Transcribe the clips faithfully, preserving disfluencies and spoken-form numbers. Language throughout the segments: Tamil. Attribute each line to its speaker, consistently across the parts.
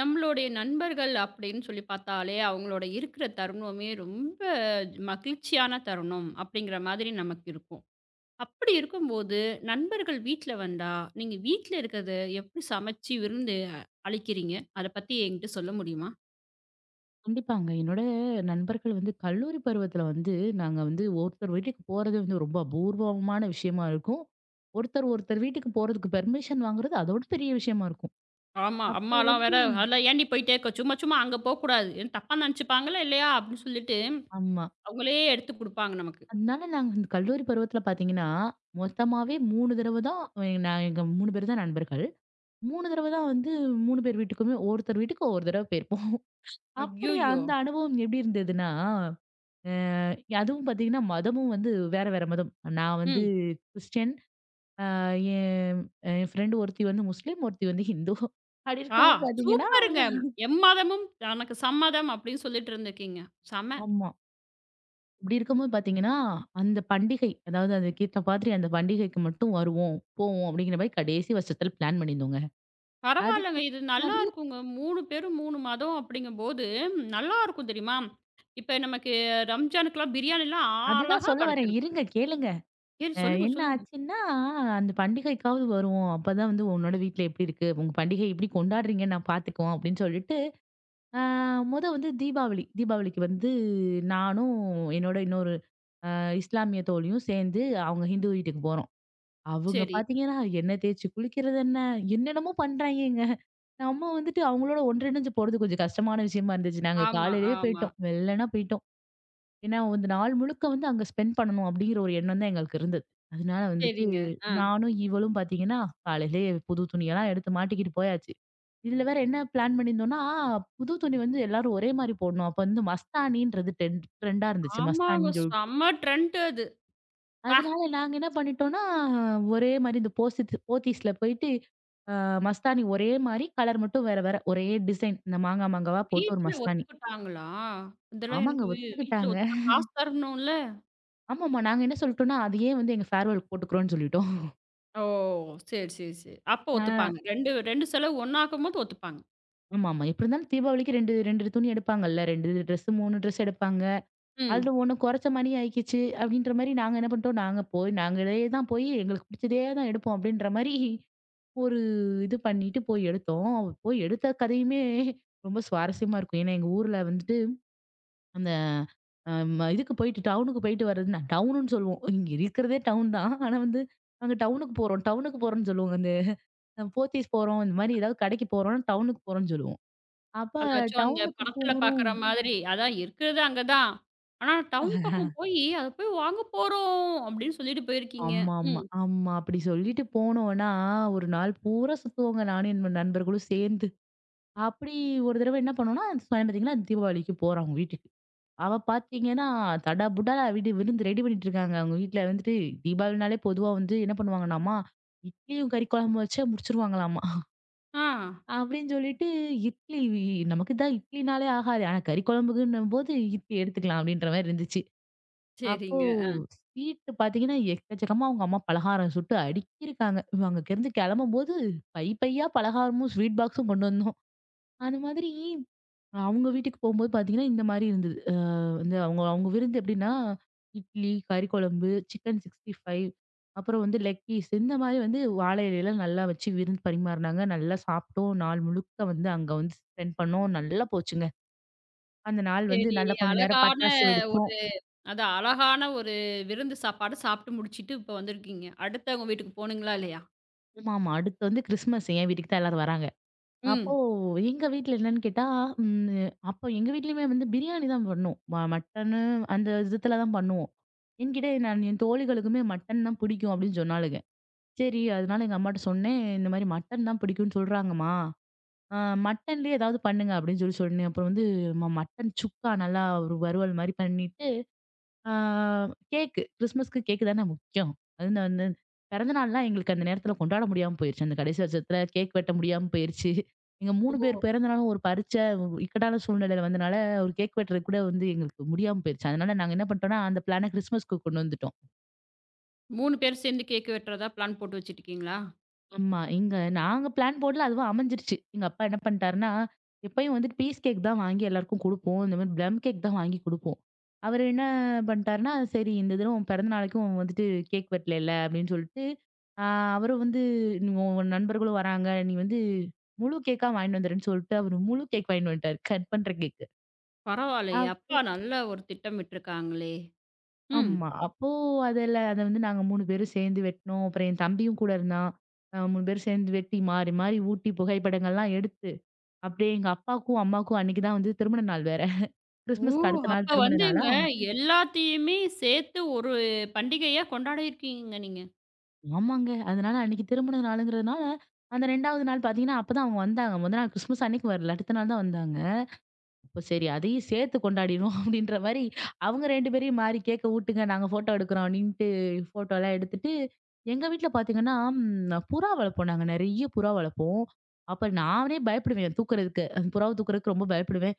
Speaker 1: நம்மளுடைய நண்பர்கள் அப்படின்னு சொல்லி பார்த்தாலே, அவங்களோட இருக்கிற தருணமே ரொம்ப மகிழ்ச்சியான தருணம் அப்படிங்கிற மாதிரி நமக்கு இருக்கும். அப்படி இருக்கும்போது, நண்பர்கள் வீட்ல வந்தா, நீங்க வீட்ல இருக்கிறத எப்படி சமைச்சு விருந்து அ அளிக்கிறீங்க? அத பத்தி என்கிட்ட சொல்ல முடியுமா?
Speaker 2: கண்டிப்பாங்க. என்னோட நண்பர்கள் வந்து கல்லூரி பருவத்துல வந்து, நாங்க வந்து ஒருத்தர் வீட்டுக்கு போறது வந்து ரொம்ப அபூர்வமான விஷயமா இருக்கும். ஒருத்தர், ஒருத்தர் வீட்டுக்கு போறதுக்கு பெர்மிஷன் வாங்குறது அதோட பெரிய விஷயமா இருக்கும்.
Speaker 1: ஆமா.
Speaker 2: அப்போ
Speaker 1: அம்மாலாம்
Speaker 2: வந்து
Speaker 1: வேற, "அதெல்லாம் ஏன்டி போயிட்டே இருக்க? சும்மா சும்மா அங்க போக்கூடாது. ஏன் தப்பா நெனச்சுப்பாங்களா இல்லையா?" அப்படின்னு சொல்லிட்டு,
Speaker 2: ஆமா.
Speaker 1: அவங்களே எடுத்து குடுப்பாங்க நமக்கு.
Speaker 2: அதனால நாங்க இந்த கல்லூரி பருவத்துல பாத்தீங்கன்னா, மொத்தமாவே மூணு தடவ தான். நான் எங்க மூணு பேர் தான் நண்பர்கள். மூணு தடவ தான் வந்து மூணு பேர் வீட்டுக்குமே ஒருத்தர் வீட்டுக்கு ஒவ்வொரு தடவ போயிருப்போம். அப்படி
Speaker 1: ஐய்யய்யோ!
Speaker 2: அந்த அனுபவம் எப்படி இருந்ததுன்னா, அ அதுவும் பாத்தீங்கன்னா, மதமும் வந்து வேற, வேற மதம். நான் வந்து
Speaker 1: ம்.
Speaker 2: கிறிஸ்டியன். என் என் ஃப்ரெண்டு ஒருத்தி வந்து முஸ்லீம், ஒருத்தி வந்து ஹிந்து. அப்படி
Speaker 1: ஆ,
Speaker 2: இருக்கும்போது பார்த்தீங்கன்னா
Speaker 1: சூப்பருங்க. எம்மாதமும் தனக்கு சம்மதம் அப்படின்னு சொல்லிட்டு இருந்திருக்கீங்க. செம
Speaker 2: ஆமா. அப்படி இருக்கும்போது பார்த்தீங்கன்னா, அந்த பண்டிகை அதாவது அதுக்கேத்த மாதிரி அந்த பண்டிகைக்கு மட்டும் வருவோம், போவோம் அப்படிங்கிற மாரி கடைசி வருஷத்துல பிளான் பண்ணியிருந்தோங்க.
Speaker 1: பரவாயில்லங்க. இது
Speaker 2: அதுக்கேத்த மாதிரி
Speaker 1: நல்லாருக்குங்க. மூணு பேரும் மூணு மதம் அப்படிங்கும்போது, நல்லாருக்கும் தெரியுமா? இப்ப நமக்கு ரம்ஜானுக்குலாம் பிரியாணிலாம்
Speaker 2: அதுதான்
Speaker 1: அழகா
Speaker 2: சொல்ல வரேன்.
Speaker 1: கெடைச்சிடும்.
Speaker 2: இருங்க கேளுங்க.
Speaker 1: சரி,
Speaker 2: அ
Speaker 1: சொல்லுங்க,
Speaker 2: என்ன
Speaker 1: சொல்லுங்க.
Speaker 2: ஆச்சுன்னா, அந்த பண்டிகைக்காவது வருவோம். அப்பதான் வந்து உன்னோட வீட்ல எப்படி இருக்கு? உங்க பண்டிகை எப்படி கொண்டாடுறீங்கன்னு நான் பார்த்துக்குவோம் அப்படின்னு சொல்லிட்டு, அ மொத வந்து தீபாவளி. தீபாவளிக்கு வந்து நானும் என்னோட இன்னொரு இஸ்லாமிய தோழியும் சேர்ந்து அவங்க ஹிந்து வீட்டுக்கு போறோம். அவங்க
Speaker 1: சரி.
Speaker 2: பார்த்தீங்கன்னா, எண்ணெய் தேய்ச்சு குளிக்கிறது என்ன, என்னென்னமோ பண்றாய்ங்கங்க. நம்ம வந்துட்டு அவங்களோட ஒன்றிணைஞ்சு போறது கொஞ்சம் கஷ்டமான விஷயமா இருந்துச்சு. நாங்க
Speaker 1: ஆமா,
Speaker 2: காலையிலேயே
Speaker 1: ஆமா.
Speaker 2: போயிட்டோம். வெள்ளனா போயிட்டோம். ஏன்னா, வந்து நாள் முழுக்க வந்து அங்க ஸ்பெண்ட் பண்ணணும் அப்படிங்கிற ஒரு எண்ணம் தான் எங்களுக்கு இருந்தது. அதனால வந்துட்டு
Speaker 1: சரிங்க. ஆ.
Speaker 2: நானும் இவளும் பார்த்தீங்கன்னா, காலையிலேயே புது துணியெல்லாம் எடுத்து மாட்டிக்கிட்டு போயாச்சு. இதுல வேற என்ன பிளான் பண்ணியிருந்தோம்னா, புது துணி வந்து எல்லாரும் ஒரே மாரி போடணும். அப்ப வந்து மஸ்தானின்றது டென் ட்ரெண்டா இருந்துச்சு.
Speaker 1: ஆமாங்க.
Speaker 2: மஸ்தானின்னு சொல்
Speaker 1: செம்ம ட்ரெண்ட் அது. அப்பா!
Speaker 2: அதனால நாங்க என்ன பண்ணிட்டோம்னா, ஒரே மாரி இந்த போசித் போத்தீஸ்ல போயிட்டு, அ மஸ்தானி ஒரே மாரி, கலர் மட்டும் வேற வேற. ஒரே டிசைன். இந்த மாங்கா, மாங்காவா போட்டு ஒரு
Speaker 1: வீட்ல
Speaker 2: மஸ்தானி.
Speaker 1: ஒத்துக்கிட்டாங்களா? இதெல்லாம்
Speaker 2: ஆமாங்க
Speaker 1: எனக்கு வீ வீட்ல
Speaker 2: ஒத்துக்கிட்டாங்க.
Speaker 1: ஒத்துக்க காசு தரணும்ல?
Speaker 2: ஆமாமா. நாங்க என்ன சொல்லிட்டோம்னா, அதையே வந்து எங்க ஃபேர்வெலுக்கு போட்டுக்கிறோம்னு சொல்லிட்டோம்.
Speaker 1: ஓ! சரி, சரி, சரி. அப்ப
Speaker 2: ஆ.
Speaker 1: ஒத்துப்பாங்க. ரெண்டு ரெண்டு செலவு ஒண்ணாக்கும்போது ஒத்துப்பாங்க.
Speaker 2: ஆமாமா. எப்படி இருந்தாலும் தீபாவளிக்கு ரெண்டு, ரெண்டு துணி எடுப்பாங்கல்ல. ரெண்டு ட்ரெஸ், மூணு ட்ரெஸ் எடுப்பாங்க.
Speaker 1: ம்.
Speaker 2: அதுல ஒண்ணு குறைச்ச மாரி ஆயிக்கிச்சு அப்படின்ற மாரி நாங்க என்ன பண்ணிட்டோம், நாங்க போய் நாங்களே தான் போய் எங்களுக்கு பிடிச்சதே தான் எடுப்போம் அப்படின்ற மாரி ஒரு இது பண்ணிட்டு போய் எடுத்தோம். போய் எடுத்த கதையுமே ரொம்ப சுவாரஸ்யமா இருக்கும். ஏன்னா எங்க ஊர்ல வந்துட்டு அந்த அ ம இதுக்கு போயிட்டு டவுனுக்கு போயிட்டு வர்றது நான் டவுனுன்னு சொல்லுவோம். இங்க இருக்கிறதே டவுன் தான். ஆனா வந்து நாங்க டவுனுக்கு போறோம், டவுனுக்கு போறோம்ன்னு சொல்லுவோங்க. அந்த போத்தீஸ் போறோம், இந்த மாரி ஏதாவது கடைக்கு போறோம்னா டவுனுக்கு போறோம்ன்னு சொல்லுவோம். அப்ப
Speaker 1: அதாச்சும் அந்த
Speaker 2: டவுனுக்கு
Speaker 1: படத்துல
Speaker 2: போறோம்
Speaker 1: பாக்குற மாதிரி, அதான் இருக்கிறது அங்க தான். ஆனா டவுன் பக்கம் போயி, அத போய் வாங்க போறோம் அப்படின்னு சொல்லிட்டு போயிருக்கீங்க.
Speaker 2: ஆமாமா, ஆமா.
Speaker 1: ம்.
Speaker 2: ஆமா அப்படி சொல்லிட்டு போனோம்னா, ஒரு நாள் பூரா சுத்துவோங்க நானும் என் நண்பர்களும் சேர்ந்து. அப்படி ஒரு தடவ என்ன பண்ணோம்னா, சொன்னேன் பார்த்தீங்களா, தீபாவளிக்கு போறோம் அவங்க வீட்டுக்கு. அவ பார்த்தீங்கன்னா, தடபுடலா விடு விருந்து ரெடி பண்ணிட்டு இருக்காங்க. அவங்க வீட்ல வந்துட்டு தீபாவளினாலே பொதுவா வந்து என்ன பண்ணுவாங்களாமா, இட்லியும் கறி குழம்பு வச்சே முடிச்சுருவாங்களாமா.
Speaker 1: ஆ.
Speaker 2: அப்படின்னு சொல்லிட்டு இட்லி நமக்கு தான் இட்லினாலே ஆகாது. ஆனா கறி குழம்புக்குன்னும்போது இட்லி எடுத்துக்கலாம் அப்படின்ற மாரி இருந்துச்சு. அப்போ
Speaker 1: சரிங்க.
Speaker 2: ஸ்வீட் பாத்தீங்கன்னா, எக்கச்சக்கமா அவங்க அம்மா பலகாரம் சுட்டு அடுக்கியிருக்காங்க. அங்கருந்து கெளம்பும்போது பை பையா பலகாரமும், ஸ்வீட் பாக்ஸும் கொண்டு வந்தோம். அந்த மாதிரி அவங்க வீட்டுக்கு போம்போது பாத்தீங்கன்னா, இந்த மாரி இருந்தது. அ வந்து அவங்க அவங்க விருந்து எப்படின்னா, இட்லி, கறி குழம்பு, சிக்கன் சிக்ஸ்டி ஃபைவ. அப்புறம் வந்து லெக் பீஸ் இந்த மாரி வந்து வாழை இலையில நல்லா வச்சு விருந்து பரிமாறுனாங்க. நல்லா சாப்பிட்டோம். நாள் முழுக்க வந்து அங்க வந்து ஸ்பெண்ட் பண்ணோம். நல்லா போச்சுங்க. அந்த நாள் வந்து
Speaker 1: சரி.
Speaker 2: நல்லா கொஞ்ச நேரம்
Speaker 1: அழகான
Speaker 2: பட்டாசு வெடிச்சோம்.
Speaker 1: ஒரு, அதான் அழகான ஒரு விருந்து சாப்பாடு சாப்பிட்டு முடிச்சுட்டு இப்ப வந்திருக்கீங்க. அடுத்தவங்க வீட்டுக்கு போனீங்களா இல்லையா?
Speaker 2: ஆமாமா. அடுத்து வந்து கிறிஸ்மஸ் என் வீட்டுக்கு தான் எல்லாரும் வராங்க. அப்போ
Speaker 1: ம்.
Speaker 2: எங்க வீட்ல என்னன்னு கேட்டா, ம் அப்போ எங்க வீட்லயுமே வந்து பிரியாணி தான் பண்ணும். ம மட்டனு அந்த விதத்துல தான் பண்ணுவோம். என்கிட்ட நான் என் தோழிகளுக்குமே மட்டன் தான் பிடிக்கும் அப்படின்னு சொன்னாளுங்க. சரி அதனால எங்க அம்மாட்ட சொன்னேன், இந்த மாதிரி மட்டன் தான் பிடிக்கும்னு சொல்றாங்கம்மா. அ மட்டன்லயே ஏதாவது பண்ணுங்க அப்படின்னு சொல்லி சொன்னேன். அப்புறம் வந்து ம மட்டன் சுக்கா நல்லா ஒரு வறுவல் மாரி பண்ணிட்டு ஆ கேக்கு. கிறிஸ்மஸ்க்கு கேக்கு தானே முக்கியம். அது நான் வந்து பிறந்த நாள்லாம் எங்களுக்கு அந்த நேரத்துல கொண்டாட முடியாம போயிருச்சு. அந்த கடைசி வருஷத்துல கேக் வெட்ட முடியாம போயிருச்சு. எங்க மூணு பேர்
Speaker 1: ஓ.
Speaker 2: பிறந்த நாளும் ஒரு பரிட்ச இக்கட்டான சூழ்நிலையில வந்தனால ஒரு கேக் வெட்டுறது கூட வந்து எங்களுக்கு முடியாம போயிருச்சு. அதனால நாங்க என்ன பண்ணிட்டோம்னா, அந்த பிளான கிறிஸ்மஸ்க்கு கொண்டு வந்துட்டோம்.
Speaker 1: மூணு பேர் சேர்ந்து கேக் வெட்டுறதா பிளான் போட்டு வச்சுட்டுருக்கீங்களா?
Speaker 2: ஆமா. இங்க நாங்க பிளான் போடல. அதுவா அமைஞ்சிருச்சு. எங்க அப்பா என்ன பண்ணிட்டாருன்னா, எப்பயும் வந்துட்டு பீஸ் கேக் தான் வாங்கி எல்லாருக்கும் குடுப்போம். இந்த மாரி ப்ளம் கேக் தான் வாங்கி குடுப்போம். அவரு என்ன பண்ணிட்டாருன்னா, சரி இந்த தடவ உன் பிறந்த நாளைக்கும் உன் வந்துட்டு கேக் வெட்டலைல அப்படின்னு சொல்லிட்டு, ஆ அவரு வந்து நீ உன் உன் நண்பர்களும் வராங்க. நீ வந்து முழு கேக்கா வாங்கிட்டு வந்துருன்னு சொல்லிட்டு, அவரு முழு கேக் வாங்கிட்டு வந்துட்டாரு. கட் பண்ற கேக்கு.
Speaker 1: பரவாயில்லையே!
Speaker 2: அப்
Speaker 1: அப்பா நல்ல ஒரு திட்டமிட்டுருக்காங்களே! ம்.
Speaker 2: ஆமா. அப்போ அதில அத வந்து நாங்க மூணு பேரும் சேர்ந்து வெட்டினோம். அப்புறம் என் தம்பியும் கூட இருந்தான். அ மூணு பேரும் சேர்ந்து வெட்டி மாறி மாறி ஊட்டி புகைப்படங்கள்லாம் எடுத்து அப்படியே எங்க அப்பாக்கும், அம்மாக்கும் அன்னைக்கு தான் வந்து திருமண நாள் வேற.
Speaker 1: ஓ!
Speaker 2: கிறிஸ்துமஸ்க்கு அடுத்த நாள்
Speaker 1: அப்ப
Speaker 2: திருமண நாளா
Speaker 1: வந்துங்க எல்லாத்தையுமே சேர்த்து ஒரு பண்டிகையா கொண்டாடியிருக்கீங்க நீங்க.
Speaker 2: ஆமாங்க. அதனால அன்னைக்கு திருமண நாளுங்கிறதுனால, அந்த 2வது நாள் பார்த்தீங்கன்னா, அப்பதான் அவங்க வந்தாங்க. மொத நாள் கிறிஸ்துமஸ் அன்னைக்கு வரல. அடுத்த நாள் தான் வந்தாங்க. அப்ப சரி அதையும் சேர்த்து கொண்டாடிடுவோம் அப்படின்ற மாரி, அவங்க ரெண்டு பேரையும் மாறி கேக்க வுட்டுங்க நாங்க ஃபோட்டோ எடுக்குறோம் அப்படின்ட்டு ஃபோட்டோலாம் எடுத்துட்டு, எங்க வீட்ல பாத்தீங்கன்னா, ம் புறா வளர்ப்போம் நாங்க. நெறைய புறா வளர்ப்போம். அப்ப நானே பயப்படுவேன் தூக்குறதுக்கு. அந்த புறாவ தூக்குறதுக்கு ரொம்ப பயப்படுவேன்.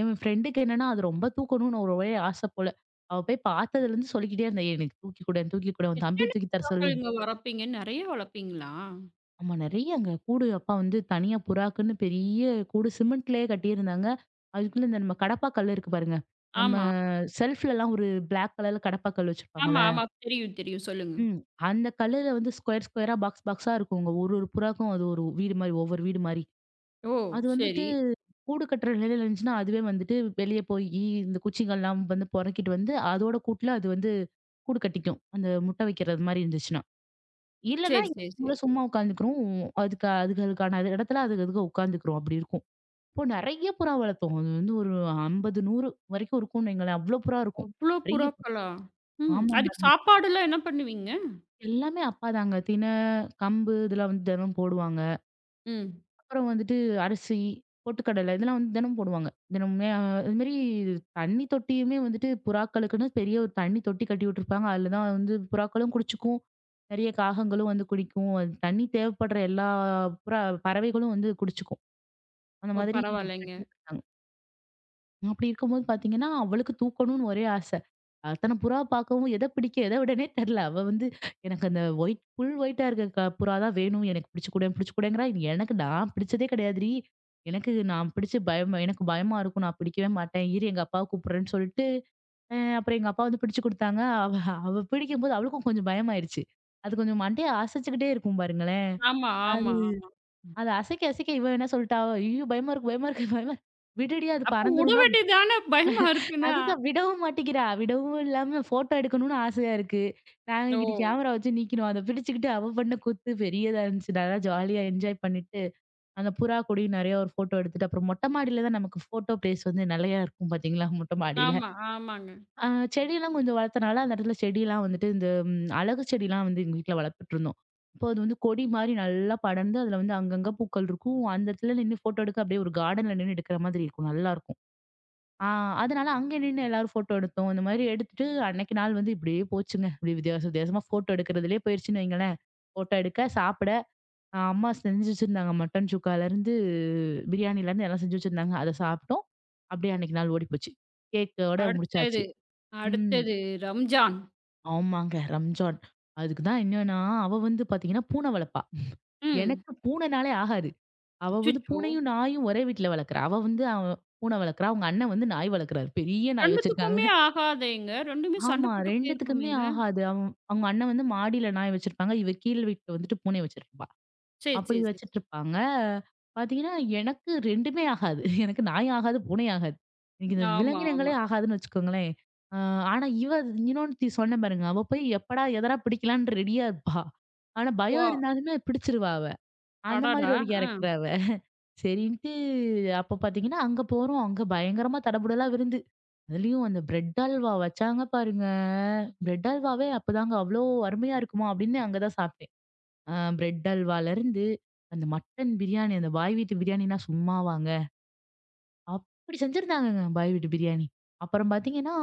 Speaker 2: என் ஃப்ரெண்டுக்கு என்னன்னா, அது ரொம்ப தூக்கணும்னு ஒரு ஒரே ஆசை போல. அவ போய் பார்த்ததுலேருந்து சொல்லிக்கிட்டே இருந்தா, "எனக்கு தூக்கி குடேன், தூக்கி குடேன். உன் தம்பிய
Speaker 1: எத்தன
Speaker 2: தூக்கி தர சொல்லு."
Speaker 1: புறாக்கள்ங்க வளர்ப்பீங்க? நெறைய வளர்ப்பீங்களா?
Speaker 2: ஆமா. நெறைய அங்க கூடு அப்பா வந்து தனியா புறாக்குன்னு பெரிய கூடு சிமெண்ட்லயே கட்டியிருந்தாங்க. அதுக்குள்ள இந்த நம்ம கடப்பா கல் இருக்கு பாருங்க. நம்ம
Speaker 1: ஆமா.
Speaker 2: செல்ஃப்லலாம் ஒரு பிளாக் கலர்ல கடப்பா கல்
Speaker 1: ஆமா,
Speaker 2: வச்சிருப்பாங்கல்ல.
Speaker 1: ஆமா. தெரியும், தெரியும். சொல்லுங்க.
Speaker 2: ம். அந்த கல்லுல வந்து ஸ்கொயர் ஸ்கொயரா பாக்ஸ் பாக்ஸா இருக்குங்க. ஒரு ஒரு புறாக்கும் அது ஒரு வீடு மாரி, ஒவ்வொரு வீடு மாரி.
Speaker 1: ஓ!
Speaker 2: அது வந்துட்டு
Speaker 1: சரி.
Speaker 2: கூடு கட்டுற நிலையில இருந்துச்சுன்னா, அதுவே வந்துட்டு வெளிய போயி இந்த குச்சிங்கள்லாம் வந்து பொறக்கிட்டு வந்து அதோட கூட்டுல அது வந்து கூடு கட்டிக்கும். அந்த முட்டை வைக்கிறது மாரி இருந்துச்சுன்னா. இல்லன்னா
Speaker 1: சரி, சரி, சரி.
Speaker 2: கூட சும்மா உட்காந்துக்கிறோம். அதுக்கு அதுக்கு அதுக்கான அது இடத்துல அதுக்கு அதுக்கு உட்காந்துக்கிறோம். அப்படி இருக்கும். இப்போ நெறைய புறா வளர்த்தோம். அது வந்து ஒரு ஐம்பது, நூறு வரைக்கும் இருக்கும்னு வைங்களேன். அவ்வளோ புறா இருக்கும்.
Speaker 1: அவ்ளோ
Speaker 2: நெறைய
Speaker 1: புறாக்களா? ம்.
Speaker 2: ஆமாங்க.
Speaker 1: அதுக்கு சாப்பாடுலாம் என்ன பண்ணுவீங்க?
Speaker 2: எல்லாமே அப்பா தாங்க. திணை, கம்பு இதெல்லாம் வந்து தினம் போடுவாங்க.
Speaker 1: ம்.
Speaker 2: அப்புறம் வந்துட்டு அரிசி, பொட்டுக்கடலை இதெல்லாம் வந்து தினமும் போடுவாங்க. தினமுமே அ அதுமாரி தண்ணி தொட்டியுமே வந்துட்டு புறாக்களுக்குன்னு பெரிய ஒரு தண்ணி தொட்டி கட்டி விட்டுருப்பாங்க. அதுல தான் வந்து புறாக்களும் குடிச்சுக்கும். நிறைய காகங்களும் வந்து குடிக்கும். அது தண்ணி தேவைப்படுற எல்லா புறா பறவைகளும் வந்து குடிச்சுக்கும். அந்த
Speaker 1: ஓ!
Speaker 2: மாதிரி
Speaker 1: பரவாயில்லைங்க.
Speaker 2: கட்டி விட்டுருந்தாங்க. அப்படி இருக்கும்போது பாத்தீங்கன்னா, அவளுக்கு தூக்கணும்னு ஒரே ஆசை. அத்தன புறா பார்க்கவும் எத பிடிக்க, எத விடனே தெரியல. அவ வந்து எனக்கு அந்த ஒயிட் ஃபுல் ஒயிட்டா இருக்க க புறா தான் வேணும். எனக்கு பிடிச்சுக்குடேன் பிடிச்சுக்குடேங்கிறா. எனக்கு நான் பிடிச்சதே கிடையாதுடி. எனக்கு நான் பிடிச்சு பயம் எனக்கு பயமா இருக்கும். நான் பிடிக்கவே மாட்டேன். இரு எங்க அப்பாவ கூப்பிடுறேன்னு சொல்லிட்டு, அ அப்புறம் எங்க அப்பா வந்து பிடிச்சு குடுத்தாங்க. அவ அவ பிடிக்கும்போது அவளுக்கும் கொஞ்சம் பயமாயிருச்சு. அது கொஞ்சம் மண்டைய அசைச்சுக்கிட்டே இருக்கும் பாருங்களேன்.
Speaker 1: ஆமா,
Speaker 2: அது
Speaker 1: ஆமா, ஆமா.
Speaker 2: அத அசைக்க, அசைக்க இவ என்ன சொல்லிட்டா, "ஐயோ! பயமா இருக்கு, பயமா இருக்கு, பயமா இருக்கு. விடுடி அது
Speaker 1: அப்போ விட
Speaker 2: பறந்துரும்னா."
Speaker 1: வேண்டியதுதானே பயமா இருக்குன்னா.
Speaker 2: அதுதான் விடவும் மாட்டேங்கிறா. விடவும் இல்லாம ஃபோட்டோ எடுக்கணும்னு ஆசையா இருக்கு. நாங்க இங்கிட்டு
Speaker 1: ஓ!
Speaker 2: கேமரா வச்சு நிக்கணும். அத பிடிச்சுக்கிட்டு அவ பண்ண கூத்து பெரியதா இருந்துச்சு. நல்லா ஜாலியா என்ஜாய் பண்ணிட்டு, அந்த புறா கூடயும் நெறைய ஒரு ஃபோட்டோ எடுத்துட்டு, அப்புறம் மொட்டை மாடியில தான் நமக்கு ஃபோட்டோ பிளேஸ் வந்து நெறையா இருக்கும் பாத்தீங்களா, மொட்டை மாடியில.
Speaker 1: ஆமா, ஆமாங்க.
Speaker 2: அ செடியெல்லாம் கொஞ்சம் வளர்த்தனால, அந்த இடத்துல செடியெல்லாம் வந்துட்டு இந்த ம் அழகு செடிலாம் வந்து எங்க வீட்ல வளர்த்துட்ருந்தோம். அப்போ அது வந்து கொடி மாரி நல்லா படர்ந்து, அதுல வந்து அங்கங்க பூக்கள் இருக்கும். அந்த இடத்துல நின்னு ஃபோட்டோ எடுக்க அப்படியே ஒரு கார்டன்ல நின்னு எடுக்கிற மாதிரி இருக்கும். நல்லாருக்கும். ஆ அதனால அங்க நின்னு எல்லாரும் ஃபோட்டோ எடுத்தோம். இந்த மாதிரி எடுத்துட்டு அன்னைக்கு நாள் வந்து இப்படியே போச்சுங்க. இப்படி வித்தியாச வித்தியாசமா ஃபோட்டோ எடுக்கிறதுலயே போயிருச்சுன்னு வைங்களேன். ஃபோட்டோ எடுக்க, சாப்பிட அ அம்மா செஞ்சு வச்சிருந்தாங்க. மட்டன் சுக்காலேருந்து, பிரியாணிலேருந்து எல்லாம் செஞ்சு வச்சிருந்தாங்க. அத சாப்பிட்டோம். அப்படியே அன்னைக்கு நாள் ஓடிப்போச்சு. கேக்கோட
Speaker 1: அடுத்தது,
Speaker 2: முடிச்சாச்சு. ம்.
Speaker 1: அடுத்தது ரம்ஜான்.
Speaker 2: ஆமாங்க. ரம்ஜான். அதுக்கு தான் என்னன்னா, அவ வந்து பார்த்தீங்கன்னா பூனை வளர்ப்பா.
Speaker 1: ம்.
Speaker 2: எனக்கு பூனைனாலே ஆகாது. அவ வந்து
Speaker 1: அச்சச்சோ!
Speaker 2: பூனையும், நாயும் ஒரே வீட்ல வளர்க்குறா. அவ வந்து அவ பூனை வளர்க்குறா. அவங்க அண்ணன் வந்து நாய் வளர்க்குறாரு. பெரிய நாய் வச்சிருக்காங்க.
Speaker 1: 2த்துக்குமே ஆகாதேங்க. 2மே சண்டை
Speaker 2: ஆமா.
Speaker 1: போட்டுக்கிட்டே
Speaker 2: 2த்துக்குமே
Speaker 1: இருக்குமேங்க.
Speaker 2: ஆகாது. அவ அவங்க அண்ணன் வந்து மாடியில நாய் வச்சிருப்பாங்க. இவ கீழ் வீட்ல வந்துட்டு பூனை வச்சிருப்பா.
Speaker 1: சரி,
Speaker 2: அப்படி
Speaker 1: சரி, சரி.
Speaker 2: வச்சிட்டுருப்பாங்க. பார்த்தீங்கன்னா, எனக்கு 2மே ஆகாது. எனக்கு நாய் ஆகாது, பூனை ஆகாது. எனக்கு இந்த
Speaker 1: ஆமா, ஆமா.
Speaker 2: விலங்கினங்களே ஆகாதுன்னு வச்சுக்கோங்களேன். அ ஆனா இவ இன்னொருத்தி சொன்னேன் பாருங்க, அவ போய் எப்படா எதனா பிடிக்கலான்னு ரெடியா இருப்பா. ஆனா
Speaker 1: ஓ!
Speaker 2: பயம் இருந்தாலுமே பிடிச்சிருவா அவ. அந்த மாதிரி
Speaker 1: அடடா!
Speaker 2: ஒரு
Speaker 1: ஆ.
Speaker 2: கேரக்டர் அவ. சரின்ட்டு அப்ப பாத்தீங்கன்னா, அங்க போறோம். அங்க பயங்கரமா தடபுடலா விருந்து. அதுலயும் அந்த பிரெட் அல்வா வச்சாங்க பாருங்க. பிரெட் அல்வாவே அப்பதாங்க அவ்ளோ அருமையா இருக்குமா அப்படின்னு அங்க தான் சாப்பிட்டேன். அ பிரெட் அல்வால இருந்து அந்த மட்டன் பிரியாணி, அந்த பாய் வீட்டு பிரியாணினா சும்மாவாங்க. அப்படி செஞ்சிருந்தாங்கங்க பாய் வீட்டு பிரியாணி. அப்புறம் பாத்தீங்கன்னா,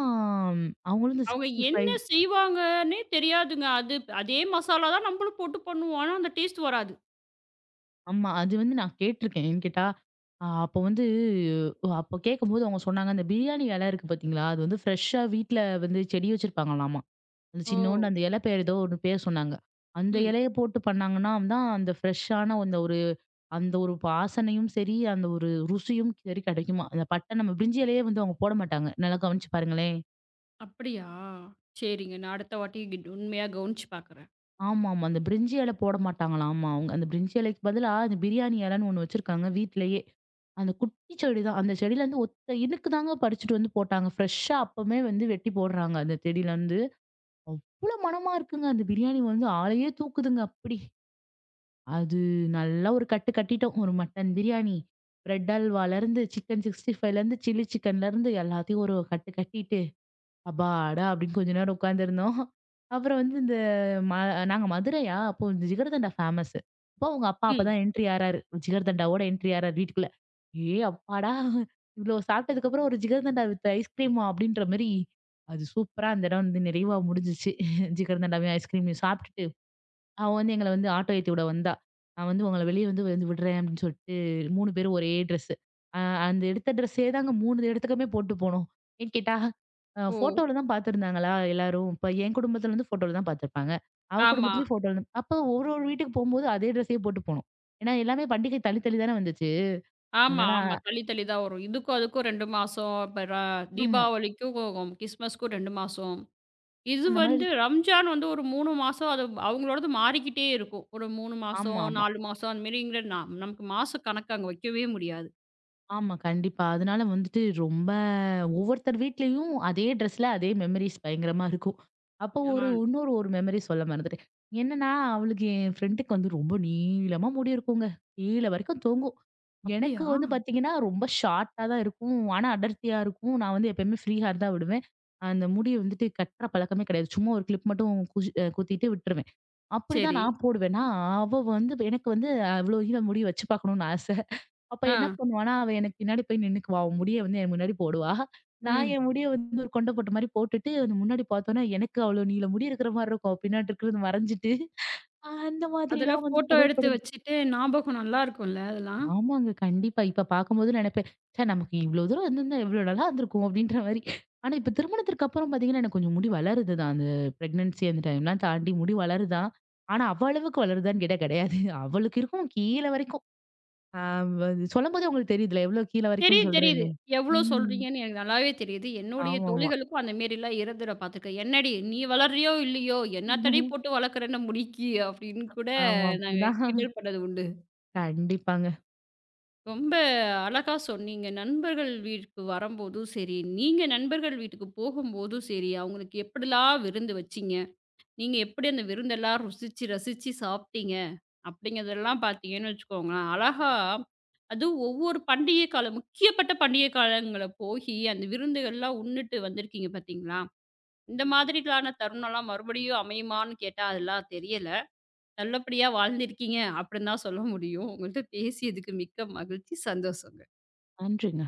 Speaker 2: ம், அவங்களும் இந்த
Speaker 1: அவங்க என்ன
Speaker 2: சிக்ஸ்டி ஃபைவ
Speaker 1: செய்வாங்கன்னே தெரியாதுங்க. அது, அதே மசாலா தான் நம்மளும் போட்டு பண்ணுவோம். ஆனா அந்த டேஸ்ட் வராது.
Speaker 2: ஆமா. அது வந்து நான் கேட்டுருக்கேன். ஏன்னு கேட்டா, அ அப்போ வந்து அஹ் அப்போ கேட்கும்போது அவங்க சொன்னாங்க, "அந்த பிரியாணி இலை இருக்கு பார்த்தீங்களா? அது வந்து ஃப்ரெஷ்ஷா வீட்ல வந்து செடி வச்சிருப்பாங்களாமா. அந்த
Speaker 1: ஓ!
Speaker 2: சின்னோண்டு அந்த இலை பேர் ஏதோ ஒரு பேர் சொன்னாங்க. அந்த
Speaker 1: ம்.
Speaker 2: இலைய போட்டு பண்ணாங்கன்னா தான் அந்த ஃப்ரெஷ்ஷான அந்த ஒரு அந்த ஒரு வாசனையும் சரி, அந்த ஒரு ருசியும் சரி கிடைக்குமா." அந்த பட்டை நம்ம பிரிஞ்சி இலையே வந்து அவங்க போட மாட்டாங்க. நல்லா கவனிச்சு பாருங்களேன்.
Speaker 1: அப்படியா? சரிங்க. நான் அடுத்த வாட்டி கிட் உண்மையா கவனிச்சு பார்க்குறேன்.
Speaker 2: ஆமாமா. அந்த பிரிஞ்சி இல போட மாட்டாங்களாம். ஆமா. அவங்க அந்த பிரிஞ்சி இலைக்கு பதிலா அந்த பிரியாணி இலன்னு ஒண்ணு வச்சிருக்காங்க வீட்லயே. அந்த குட்டி செடி தான். அந்த செடியிலருந்து ஒத்த இனுக்கு தாங்க பறிச்சுட்டு வந்து போட்டாங்க. ஃப்ரெஷ்ஷா அப்பமே வந்து வெட்டி போடுறாங்க அந்த செடியிலருந்து. அவ்ளோ மணமா இருக்குங்க. அந்த பிரியாணி வந்து ஆளையே தூக்குதுங்க அப்படி. அது நல்லா ஒரு கட்டு கட்டிட்டோம். ஒரு மட்டன் பிரியாணி, பிரெட் அல்வாலருந்து, சிக்கன் 65லருந்து, சில்லி சிக்கன்லருந்து எல்லாத்தையும் ஒரு கட்டு கட்டிட்டு அப்பாடா! அப்படின்னு கொஞ்ச நேரம் உட்காந்துருந்தோம். அப்புறம் வந்து இந்த ம நாங்க மதுரையா, அப்போ இந்த ஜிகர்தண்டா ஃபேமஸு. அப்போ உங்க அப்பா
Speaker 1: ம்.
Speaker 2: அப்பதான் என்ட்ரி ஆறாரு. ஜிகர்தண்டாவோட என்ட்ரி ஆறாரு வீட்டுக்குள்ள. ஏ அப்பாடா! இவ்ளோ சாப்பிட்டதுக்கப்புறம் ஒரு ஜிகர்தண்டா வித் ஐஸ்கிரீமா அப்படின்ற மாரி, அது சூப்பரா அந்த இடம் வந்து நிறைவா முடிஞ்சுச்சு. ஜிகர்தண்டாவையும், ஐஸ்கிரீமையும் சாப்பிட்டுட்டு அவ வந்து எங்கள வந்து ஆட்டோ ஏத்தி விட வந்தா. நான் வந்து உங்கள வெளிய வந்து வந்து விடுறேன் அப்படின்னு சொல்லிட்டு மூணு பேரும் ஒரே ட்ரெஸ்ஸு. அ அந்த எடுத்த ட்ரெஸ்ஸே தாங்க மூணு இடத்துக்குமே போட்டு போனோம். ஏன் கேட்டா, அ
Speaker 1: ஓ!
Speaker 2: ஃபோட்டோல தான் பார்த்துருந்தாங்களா எல்லாரும். இப்ப என் குடும்பத்துல வந்து ஃபோட்டோல தான் பார்த்துருப்பாங்க. அவ
Speaker 1: ஆமா.
Speaker 2: குடும்பத்துலயும் ஃபோட்டோல தான். அப்ப ஒரு ஒரு வீட்டுக்கு போம்போது அதே ட்ரெஸ்ஸையே போட்டு போனோம். ஏன்னா எல்லாமே பண்டிகை தள்ளி தள்ளி தானே வந்துச்சு.
Speaker 1: ஆமா,
Speaker 2: அதனால
Speaker 1: ஆமா. தள்ளி, தள்ளி தான் வரும். இதுக்கும் அதுக்கும் ரெண்டு மாசம். அப்பறம்
Speaker 2: ஆமா.
Speaker 1: தீபாவளிக்கும் கிறிஸ்மஸ்க்கும் ரெண்டு மாசம். இது
Speaker 2: அந்த மாதிரி
Speaker 1: வந்து ரம்ஜான் வந்து ஒரு மூணு மாசம் அது அவங்களோடது மாறிக்கிட்டே இருக்கும். ஒரு மூணு மாசம்,
Speaker 2: ஆமாமா.
Speaker 1: நாலு மாசம் அந்த மாரிங்கிற நா நமக்கு மாச கணக்கு அங்க வைக்கவே முடியாது.
Speaker 2: ஆமா. கண்டிப்பா. அதனால வந்துட்டு ரொம்ப ஒவ்வொருத்தர் வீட்லயும் அதே ட்ரெஸ்ல அதே மெமரீஸ் பயங்கரமா இருக்கும். அப்போ
Speaker 1: ஆ,
Speaker 2: ஒரு இன்னொரு ஒரு மெமரி சொல்ல மறந்துட்டேன். என்னன்னா, அவளுக்கு என் ஃப்ரெண்டுக்கு வந்து ரொம்ப நீளமா முடி இருக்குங்க. கீழ வரைக்கும் தொங்கும். எனக்கு
Speaker 1: அப்படியா?
Speaker 2: வந்து பாத்தீங்கன்னா, ரொம்ப ஷார்ட்டா தான் இருக்கும். ஆனா அடர்த்தியா இருக்கும். நான் வந்து எப்பயுமே ஃப்ரீ ஹேர் தான் விடுவேன். அந்த முடிய வந்துட்டு கட்டுற பழக்கமே கிடையாது. சும்மா ஒரு கிளிப் மட்டும் குஷ் அ குத்திட்டு விட்டுருவேன். அப்படிதான்
Speaker 1: சரி.
Speaker 2: நான் போடுவேன்னா, அவ வந்து எனக்கு வந்து அவ்ளோ நீள முடி வச்சு பாக்கணும்னு ஆச. அப்ப
Speaker 1: ஆ.
Speaker 2: என்ன பண்ணுவான்னா, அவ எனக்கு பின்னாடி போய் நின்னுக்குவா. அவ முடிய வந்து என் முன்னாடி போடுவா. நான்
Speaker 1: ம்.
Speaker 2: என் முடிய வந்து ஒரு கொண்ட போட்ட மாரி போட்டுட்டு, அந்த முன்னாடி பார்த்தோன்னா, எனக்கு அவ்வளோ நீள முடி இருக்கிற மாரி இருக்கும். பின்னாடி இருக்கிறது மறைஞ்சிட்டு, ஆஹ் அந்த
Speaker 1: அதெல்லாம்
Speaker 2: மாதிரிலாம் வந்து
Speaker 1: ஃபோட்டோ எடுத்து
Speaker 2: புகைப்படம்
Speaker 1: வச்சுட்டு ஞாபகம் நல்லா இருக்கும்ல அதெல்லாம்?
Speaker 2: ஆமாங்க. கண்டிப்பா. இப்ப பார்க்கும்போது நினைப்பேன், "ச்சே! நமக்கு இவ்ளோ தூரம் இருந்திருந்தா எவ்ளோ நல்லா இருந்திருக்கும்." அப்படீன்ற மாரி. ஆனா, இப்ப திருமணத்திற்கு அப்புறம் பார்த்தீங்கன்னா, எனக்கு கொஞ்சம் முடி வளருது தான். அந்த பிரெக்னன்சி அந்த டைம்லாம் தாண்டி முடி வளருது தான். ஆனா, அவ அளவுக்கு வளருதான்னு கேட்டா கிடையாது. அவளுக்கு இருக்கும் கீழ வரைக்கும். ஆ அது சொல்லும்போதே உங்களுக்கு தெரியுதுல, எவ்ளோ கீழ வரைக்கும்
Speaker 1: தெரியுது, தெரியுது.
Speaker 2: சொல்றேன்னு.
Speaker 1: எவ்வளோ
Speaker 2: ம்.
Speaker 1: சொல்றீங்கன்னு எனக்கு நல்லாவே தெரியுது. என்னுடைய
Speaker 2: ஆமாமா.
Speaker 1: தோழிகளுக்கும் அந்த மாரிலாம் இருந்துற பார்த்துக்க. "என்னடி நீ வளர்றியோ இல்லையோ,
Speaker 2: ஆமா.
Speaker 1: என்னத்தடி போட்டு வளர்க்குற என்ன முடிக்கி" அப்படின்னு கூட
Speaker 2: ஆமா
Speaker 1: நாங்க
Speaker 2: அப்படிதான்.
Speaker 1: கிண்டல் பண்ணது உண்டு.
Speaker 2: கண்டிப்பாங்க.
Speaker 1: ரொம்ப அழகா சொன்னீங்க. நண்பர்கள் வீட்டுக்கு வரம்போதும் சரி, நீங்க நண்பர்கள் வீட்டுக்கு போகும்போதும் சரி, அவங்களுக்கு எப்படிலாம் விருந்து வச்சீங்க? நீங்க எப்படி அந்த விருந்தெல்லாம் ருசிச்சு, ரசிச்சு சாப்பிட்டீங்க? அப்படிங்கிறதெல்லாம் பார்த்தீங்கன்னு வச்சுக்கோங்களேன், அழகா அதுவும் ஒவ்வொரு பண்டிகை காலம் முக்கியப்பட்ட பண்டிகை காலங்கள்ல போயி, அந்த விருந்துகள்லாம் உண்ணுட்டு வந்திருக்கீங்க பார்த்தீங்களா? இந்த மாதிரிக்கான தருணம்லாம் மறுபடியும் அமையுமான்னு கேட்டா, அதெல்லாம் தெரியல. நல்லபடியா வாழ்ந்திருக்கீங்க அப்படின்னு தான் சொல்ல முடியும். உங்கள்ட்ட பேசியதுக்கு மிக்க மகிழ்ச்சி. சந்தோஷம்.
Speaker 2: நன்றிங்க.